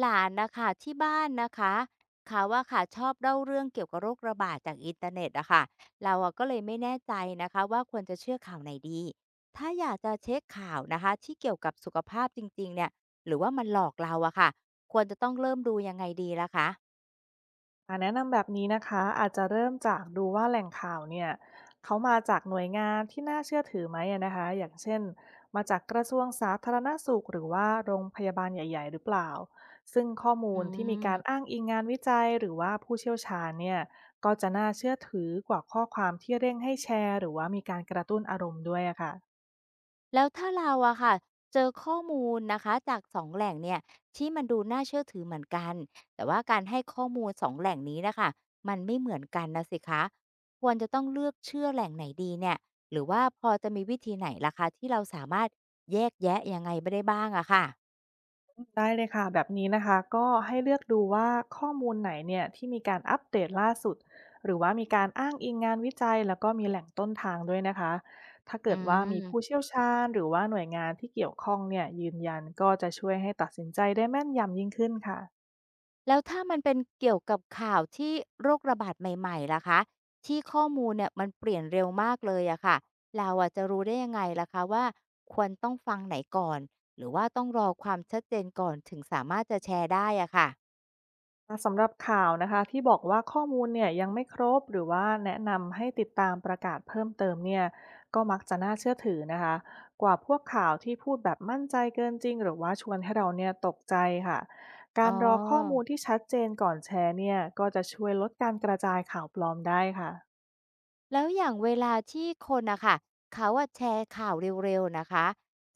หลานๆนะคะที่บ้านนะคะเขาว่าค่ะชอบเล่าเรื่องเกี่ยวกับโรคระบาดจากอินเทอร์เน็ตอะค่ะเราอะก็เลยไม่แน่ใจนะคะว่าควรจะเชื่อข่าวไหนดีถ้าอยากจะเช็คข่าวนะคะที่เกี่ยวกับสุขภาพจริงๆเนี่ยหรือว่ามันหลอกเราอะค่ะควรจะต้องเริ่มดูยังไงดีล่ะคะแนะนำแบบนี้นะคะอาจจะเริ่มจากดูว่าแหล่งข่าวเนี่ยเขามาจากหน่วยงานที่น่าเชื่อถือไหมอะนะคะอย่างเช่นมาจากกระทรวงสาธารณสุขหรือว่าโรงพยาบาลใหญ่ๆหรือเปล่าซึ่งข้ออืมูลที่มีม การอ้างอิงงานวิจัยหรือว่าผู้เชี่ยวชาญเนี่ยก็จะน่าเชื่อถือกว่าข้อความที่เร่งให้แชร์หรือว่ามีการกระตุ้นอารมณ์ด้วยอะค่ะ แล้วถ้าเราอะค่ะเจอข้อมูลนะคะจาก2แหล่งเนี่ยที่มันดูน่าเชื่อถือเหมือนกันแต่ว่าการให้ข้อมูล2แหล่งนี้นะคะมันไม่เหมือนกันน่ะสิคะควรจะต้องเลือกเชื่อแหล่งไหนดีเนี่ยหรือว่าพอจะมีวิธีไหนล่ะคะที่เราสามารถแยกแยะยังไงไม่ได้บ้างอะค่ะได้เลยค่ะแบบนี้นะคะก็ให้เลือกดูว่าข้อมูลไหนเนี่ยที่มีการอัปเดตล่าสุดหรือว่ามีการอ้างอิงงานวิจัยแล้วก็มีแหล่งต้นทางด้วยนะคะถ้าอืเกิดว่ามีผู้ม เชี่ยวชาญหรือว่าหน่วยงานที่เกี่ยวข้องเนี่ยยืนยันก็จะช่วยให้ตัดสินใจได้แม่นยำยิ่งขึ้นค่ะ แล้วถ้ามันเป็นเกี่ยวกับข่าวที่โรคระบาดใหม่ๆล่ะคะที่ข้อมูลเนี่ยมันเปลี่ยนเร็วมากเลยอะค่ะเราอะจะรู้ได้ยังไงล่ะคะว่าควรต้องฟังไหนก่อนหรือว่าต้องรอความชัดเจนก่อนถึงสามารถจะแชร์ได้อะค่ะสำหรับข่าวนะคะที่บอกว่าข้อมูลเนี่ยยังไม่ครบหรือว่าแนะนำให้ติดตามประกาศเพิ่มเติมเนี่ยก็มักจะน่าเชื่อถือนะคะกว่าพวกข่าวที่พูดแบบมั่นใจเกินจริงหรือว่าชวนให้เราเนี่ยตกใจค่ะอ๋กาอ รรอข้อมูลที่ชัดเจนก่อนแชร์เนี่ยก็จะช่วยลดการกระจายข่าวปลอมได้ค่ะ แล้วอย่างเวลาที่คนนะคะเขาอะแชร์ข่าวเร็วๆนะคะ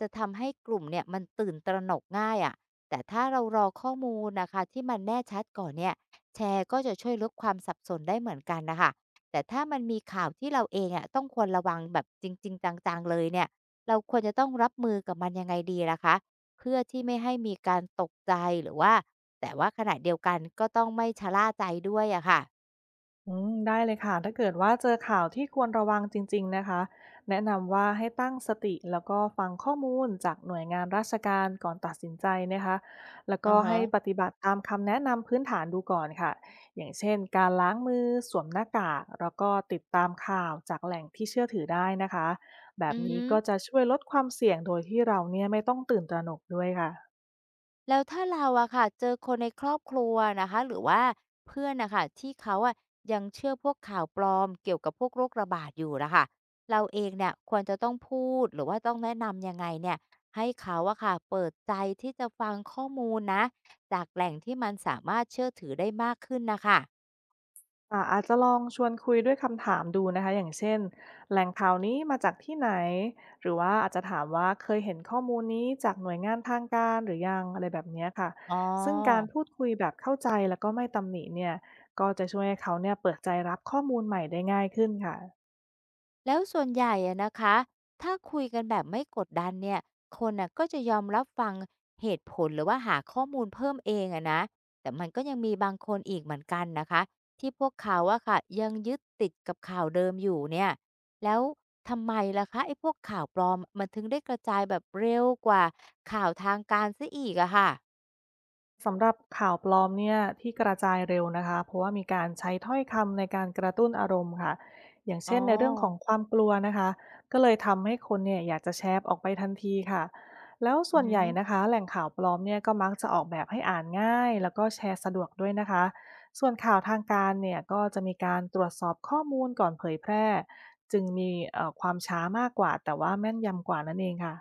จะทำให้กลุ่มเนี่ยมันตื่นตระหนกง่ายอะแต่ถ้าเรารอข้อมูลนะคะที่มันแน่ชัดก่อนเนี่ยแชร์ก็จะช่วยลดความสับสนได้เหมือนกันนะคะแต่ถ้ามันมีข่าวที่เราเองอะต้องควรระวังแบบจริงๆจังๆเลยเนี่ยเราควรจะต้องรับมือกับมันยังไงดีล่ะคะเพื่อที่ไม่ให้มีการตกใจหรือว่าแต่ว่าขณะเดียวกันก็ต้องไม่ชะล่าใจด้วยอะค่ะอืมได้เลยค่ะถ้าเกิดว่าเจอข่าวที่ควรระวังจริงๆนะคะแนะนำว่าให้ตั้งสติแล้วก็ฟังข้อมูลจากหน่วยงานราชการก่อนตัดสินใจนะคะแล้วอก็อฮะให้ปฏิบัติตามคำแนะนำพื้นฐานดูก่อนค่ะอย่างเช่นการล้างมือสวมหน้ากากแล้วก็ติดตามข่าวจากแหล่งที่เชื่อถือได้นะคะแบอืบอนี้ฮึ ก็จะช่วยลดความเสี่ยงโดยที่เราเนี่ยไม่ต้องตื่นตระหนกด้วยค่ะ แล้วถ้าเราอะค่ะเจอคนในครอบครัวนะคะหรือว่าเพื่อนนะคะที่เขาอะยังเชื่อพวกข่าวปลอมเกี่ยวกับพวกโรคระบาดอยู่นะคะเราเองเนี่ยควรจะต้องพูดหรือว่าต้องแนะนำยังไงเนี่ยให้เขาอะค่ะเปิดใจที่จะฟังข้อมูลนะจากแหล่งที่มันสามารถเชื่อถือได้มากขึ้นนะคะอาจจะลองชวนคุยด้วยคำถามดูนะคะอย่างเช่นแหล่งข่าวนี้มาจากที่ไหนหรือว่าอาจจะถามว่าเคยเห็นข้อมูลนี้จากหน่วยงานทางการหรือยังอะไรแบบเนี้ยค่ะอ๋ซึ่งการอ พูดคุยแบบเข้าใจแล้วก็ไม่ตำหนิเนี่ยก็จะช่วยให้เขาเนี่ยเปิดใจรับข้อมูลใหม่ได้ง่ายขึ้นค่ะ แล้วส่วนใหญ่อะนะคะ ถ้าคุยกันแบบไม่กดดันเนี่ย คนน่ะก็จะยอมรับฟังเหตุผลหรือว่าหาข้อมูลเพิ่มเองอะนะแต่มันก็ยังมีบางคนอีกเหมือนกันนะคะที่พวกเขาอะค่ะยังยึดติดกับข่าวเดิมอยู่เนี่ย แล้วทำไมล่ะคะไอ้พวกข่าวปลอมมันถึงได้กระจายแบบเร็วกว่าข่าวทางการซะอีกอะค่ะสำหรับข่าวปลอมเนี่ยที่กระจายเร็วนะคะเพราะว่ามีการใช้ถ้อยคำในการกระตุ้นอารมณ์ค่ะอย่างอ๋อเช่นในเรื่องของความกลัวนะคะก็เลยทำให้คนเนี่ยอยากจะแชร์ออกไปทันทีค่ะแล้วอืส่อวนฮึ ใหญ่นะคะแหล่งข่าวปลอมเนี่ยก็มักจะออกแบบให้อ่านง่ายแล้วก็แชร์สะดวกด้วยนะคะส่วนข่าวทางการเนี่ยก็จะมีการตรวจสอบข้อมูลก่อนเผยแพร่จึงมีความช้ามากกว่าแต่ว่าแม่นยำกว่านั่นเองค่ะ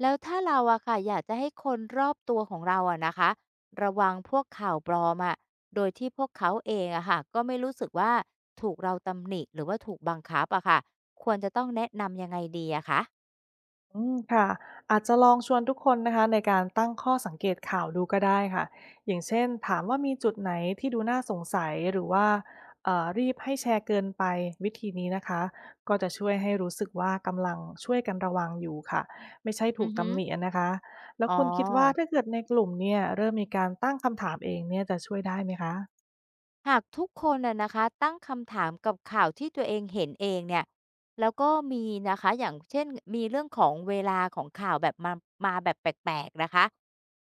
แล้วถ้าเราอะค่ะอยากจะให้คนรอบตัวของเราอะนะคะระวังพวกข่าวปลอมอะโดยที่พวกเขาเองอะค่ะก็ไม่รู้สึกว่าถูกเราตำหนิหรือว่าถูกบังคับอะค่ะควรจะต้องแนะนำยังไงดีอะคะอืมค่ะอาจจะลองชวนทุกคนนะคะในการตั้งข้อสังเกตข่าวดูก็ได้ค่ะอย่างเช่นถามว่ามีจุดไหนที่ดูน่าสงสัยหรือว่ารีบให้แชร์เกินไปวิธีนี้นะคะก็จะช่วยให้รู้สึกว่ากำลังช่วยกันระวังอยู่ค่ะไม่ใช่ถูอืกอฮึตำหนินะคะแล้อ๋วอ คุณคิดว่าถ้าเกิดในกลุ่มเนี่ยเริ่มมีการตั้งคำถามเองเนี่ยจะช่วยได้ไหมคะ หากทุกคนน่ะนะคะตั้งคำถามกับข่าวที่ตัวเองเห็นเองเนี่ยแล้วก็มีนะคะอย่างเช่นมีเรื่องของเวลาของข่าวแบบมาแบบแปลกๆนะคะ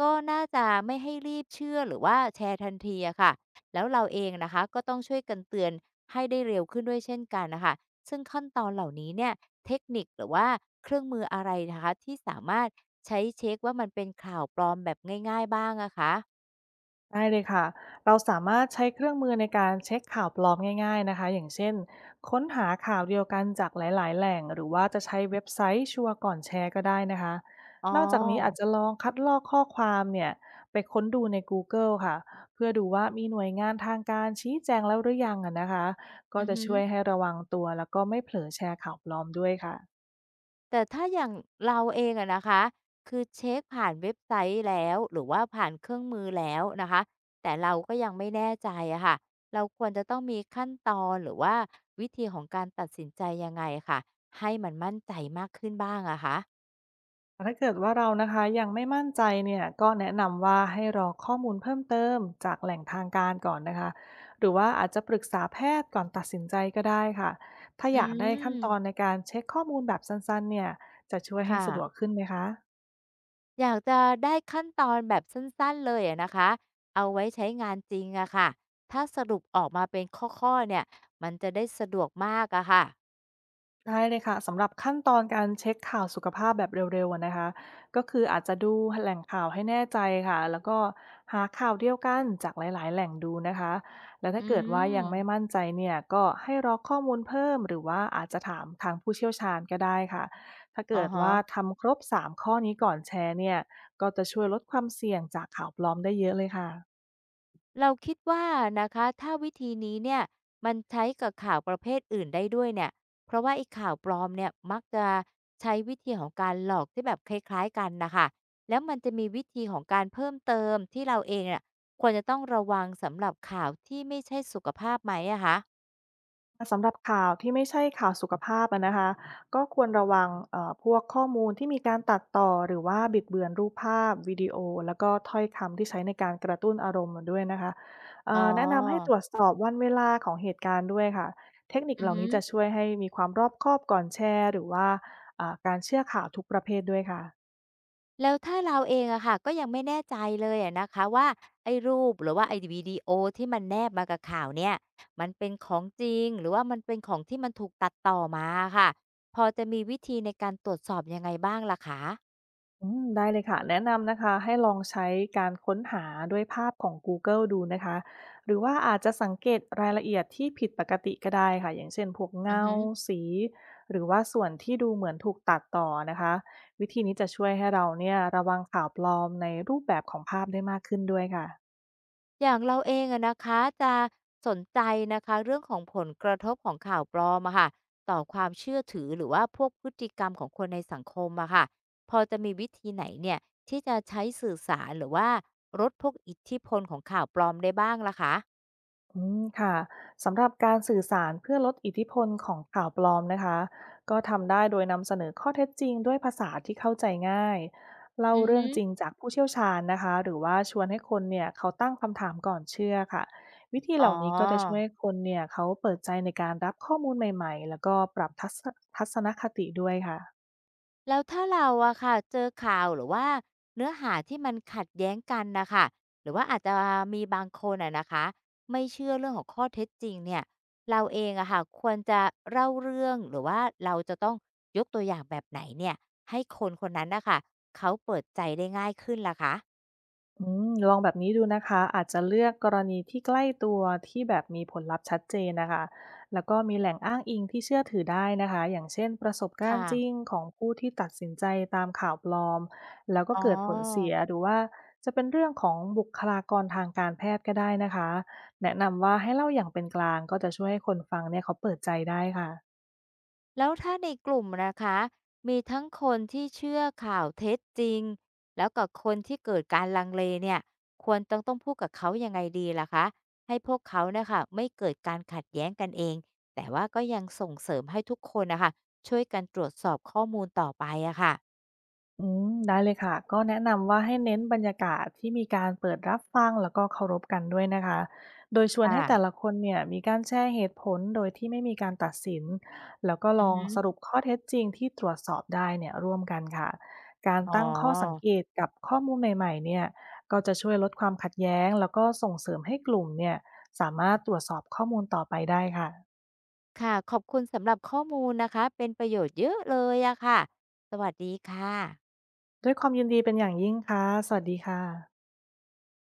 ก็น่าจะไม่ให้รีบเชื่อหรือว่าแชร์ทันทีอะค่ะแล้วเราเองนะคะก็ต้องช่วยกันเตือนให้ได้เร็วขึ้นด้วยเช่นกันน่ะค่ะซึ่งขั้นตอนเหล่านี้เนี่ยเทคนิคหรือว่าเครื่องมืออะไรนะคะที่สามารถใช้เช็กว่ามันเป็นข่าวปลอมแบบง่ายๆบ้างอะคะได้เลยค่ะ เราสามารถใช้เครื่องมือในการเช็คข่าวปลอมง่ายๆนะคะอย่างเช่นค้นหาข่าวเดียวกันจากหลายๆแหล่งหรือว่าจะใช้เว็บไซต์ชัวร์ก่อนแชร์ก็ได้นะคะอ๋นอกจากนี้อาจอจะลองคัดลอกข้อความเนี่ยไปค้นดูใน Google ค่ะเพื่อดูว่ามีหน่วยงานทางการชี้แจงแล้วหรือยังอะนะคะก็อือจะฮึ ช่วยให้ระวังตัวแล้วก็ไม่เผลอแชร์ข่าวปลอมด้วยค่ะ แต่ถ้าอย่างเราเองอะนะคะคือเช็คผ่านเว็บไซต์แล้วหรือว่าผ่านเครื่องมือแล้วนะคะแต่เราก็ยังไม่แน่ใจอะค่ะเราควรจะต้องมีขั้นตอนหรือว่าวิธีของการตัดสินใจยังไงค่ะให้มันมั่นใจมากขึ้นบ้างอะคะถ้าเกิดว่าเรานะคะยังไม่มั่นใจเนี่ยก็แนะนำว่าให้รอข้อมูลเพิ่มเติมจากแหล่งทางการก่อนนะคะหรือว่าอาจจะปรึกษาแพทย์ก่อนตัดสินใจก็ได้ค่ะถ้าอือยากได้ขั้นตอนในมการเช็คข้อมูลแบบสั้นๆเนี่ยจะช่วยให้ค่ะสะดวกขึ้นไหมคะ อยากจะได้ขั้นตอนแบบสั้นๆเลยอะนะคะเอาไว้ใช้งานจริงอะค่ะถ้าสรุปออกมาเป็นข้อๆเนี่ยมันจะได้สะดวกมากอะค่ะได้เลยค่ะสำหรับขั้นตอนการเช็คข่าวสุขภาพแบบเร็วๆอะนะคะก็คืออาจจะดูแหล่งข่าวให้แน่ใจค่ะแล้วก็หาข่าวเดียวกันจากหลายๆแหล่งดูนะคะและอืถ้าเกิดว่ายังไม่มมั่นใจเนี่ยก็ให้รอข้อมูลเพิ่มหรือว่าอาจจะถามทางผู้เชี่ยวชาญก็ได้ค่ะถ้าอ๋อเกิดฮะ ว่าทำครบ3ข้อนี้ก่อนแชร์เนี่ยก็จะช่วยลดความเสี่ยงจากข่าวปลอมได้เยอะเลยค่ะ เราคิดว่านะคะถ้าวิธีนี้เนี่ยมันใช้กับข่าวประเภทอื่นได้ด้วยเนี่ยเพราะว่าไอ้ข่าวปลอมเนี่ยมักจะใช้วิธีของการหลอกที่แบบคล้ายๆกันนะคะแล้วมันจะมีวิธีของการเพิ่มเติมที่เราเองเนี่ยควรจะต้องระวังสำหรับข่าวที่ไม่ใช่สุขภาพไหมอะคะสำหรับข่าวที่ไม่ใช่ข่าวสุขภาพอะนะคะก็ควรระวังพวกข้อมูลที่มีการตัดต่อหรือว่าบิดเบือนรูปภาพวิดีโอแล้วก็ถ้อยคำที่ใช้ในการกระตุ้นอารมณ์ด้วยนะคะอ๋แนะนำให้ตอรวจสอบวันเวลาของเหตุการณ์ด้วยค่ะเทคนิคอือเหล่าฮึ นี้จะช่วยให้มีความรอบคอบก่อนแชร์หรือว่าการเชื่อข่าวทุกประเภทด้วยค่ะ แล้วถ้าเราเองอะค่ะก็ยังไม่แน่ใจเลยอะนะคะว่าไอ้รูปหรือว่าไอ้วิดีโอที่มันแนบมากับข่าวเนี่ยมันเป็นของจริงหรือว่ามันเป็นของที่มันถูกตัดต่อมาค่ะพอจะมีวิธีในการตรวจสอบยังไงบ้างล่ะคะอืมได้เลยค่ะแนะนำนะคะให้ลองใช้การค้นหาด้วยภาพของ Google ดูนะคะหรือว่าอาจจะสังเกตรายละเอียดที่ผิดปกติก็ได้ค่ะอย่างเช่นพวกอือเงาฮึ สีหรือว่าส่วนที่ดูเหมือนถูกตัดต่อนะคะวิธีนี้จะช่วยให้เราเนี่ยระวังข่าวปลอมในรูปแบบของภาพได้มากขึ้นด้วยค่ะ อย่างเราเองอะนะคะจะสนใจนะคะเรื่องของผลกระทบของข่าวปลอมอะค่ะต่อความเชื่อถือหรือว่าพวกพฤติกรรมของคนในสังคมอะค่ะพอจะมีวิธีไหนเนี่ยที่จะใช้สื่อสารหรือว่าลดพวกอิทธิพลของข่าวปลอมได้บ้างล่ะคะอืมค่ะสำหรับการสื่อสารเพื่อลดอิทธิพลของข่าวปลอมนะคะก็ทำได้โดยนำเสนอข้อเท็จจริงด้วยภาษาที่เข้าใจง่ายเล่าอือเรื่ฮึองจริงจากผู้เชี่ยวชาญนะคะหรือว่าชวนให้คนเนี่ยเขาตั้งคำถามก่อนเชื่อค่ะวิธีอ๋อ เหล่านี้ก็จะช่วยให้คนเนี่ยเขาเปิดใจในการรับข้อมูลใหม่ๆแล้วก็ปรับทัศนคติด้วยค่ะ แล้วถ้าเราอะค่ะเจอข่าวหรือว่าเนื้อหาที่มันขัดแย้งกันนะคะหรือว่าอาจจะมีบางคนอะนะคะไม่เชื่อเรื่องของข้อเท็จจริงเนี่ยเราเองอะค่ะควรจะเล่าเรื่องหรือว่าเราจะต้องยกตัวอย่างแบบไหนเนี่ยให้คนคนนั้นนะคะเขาเปิดใจได้ง่ายขึ้นล่ะคะอืมลองแบบนี้ดูนะคะอาจจะเลือกกรณีที่ใกล้ตัวที่แบบมีผลลัพธ์ชัดเจนนะคะแล้วก็มีแหล่งอ้างอิงที่เชื่อถือได้นะคะอย่างเช่นประสบการค่ะณ์จริงของผู้ที่ตัดสินใจตามข่าวปลอมแล้วก็อ๋อ เกิดผลเสียหรือว่าจะเป็นเรื่องของบุคลากรทางการแพทย์ก็ได้นะคะแนะนำว่าให้เล่าอย่างเป็นกลางก็จะช่วยให้คนฟังเนี่ยเขาเปิดใจได้ค่ะ แล้วถ้าในกลุ่มนะคะมีทั้งคนที่เชื่อข่าวเท็จจริงแล้วกับคนที่เกิดการลังเลเนี่ยควรต้องพูดกับเขายังไงดีล่ะคะให้พวกเขานะคะไม่เกิดการขัดแย้งกันเองแต่ว่าก็ยังส่งเสริมให้ทุกคนนะคะช่วยกันตรวจสอบข้อมูลต่อไปอะค่ะอืมได้เลยค่ะก็แนะนำว่าให้เน้นบรรยากาศที่มีการเปิดรับฟังแล้วก็เคารพกันด้วยนะคะโดยชวนให้แต่ค่ะละคนเนี่ยมีการแชร์เหตุผลโดยที่ไม่มีการตัดสินแล้วก็อืลอองฮึสรุปข้อเท็จจริงที่ตรวจสอบได้เนี่ยร่วมกันค่ะการอ๋อตั้งข้อสังเกตกับข้อมูลใหม่ๆเนี่ยก็จะช่วยลดความขัดแย้งแล้วก็ส่งเสริมให้กลุ่มเนี่ยสามารถตรวจสอบข้อมูลต่อไปได้ค่ะค่ะขอบคุณสำหรับข้อมูลนะคะเป็นประโยชน์เยอะเลยอะค่ะสวัสดีค่ะด้วยความยินดีเป็นอย่างยิ่งค่ะสวัสดีค่ะ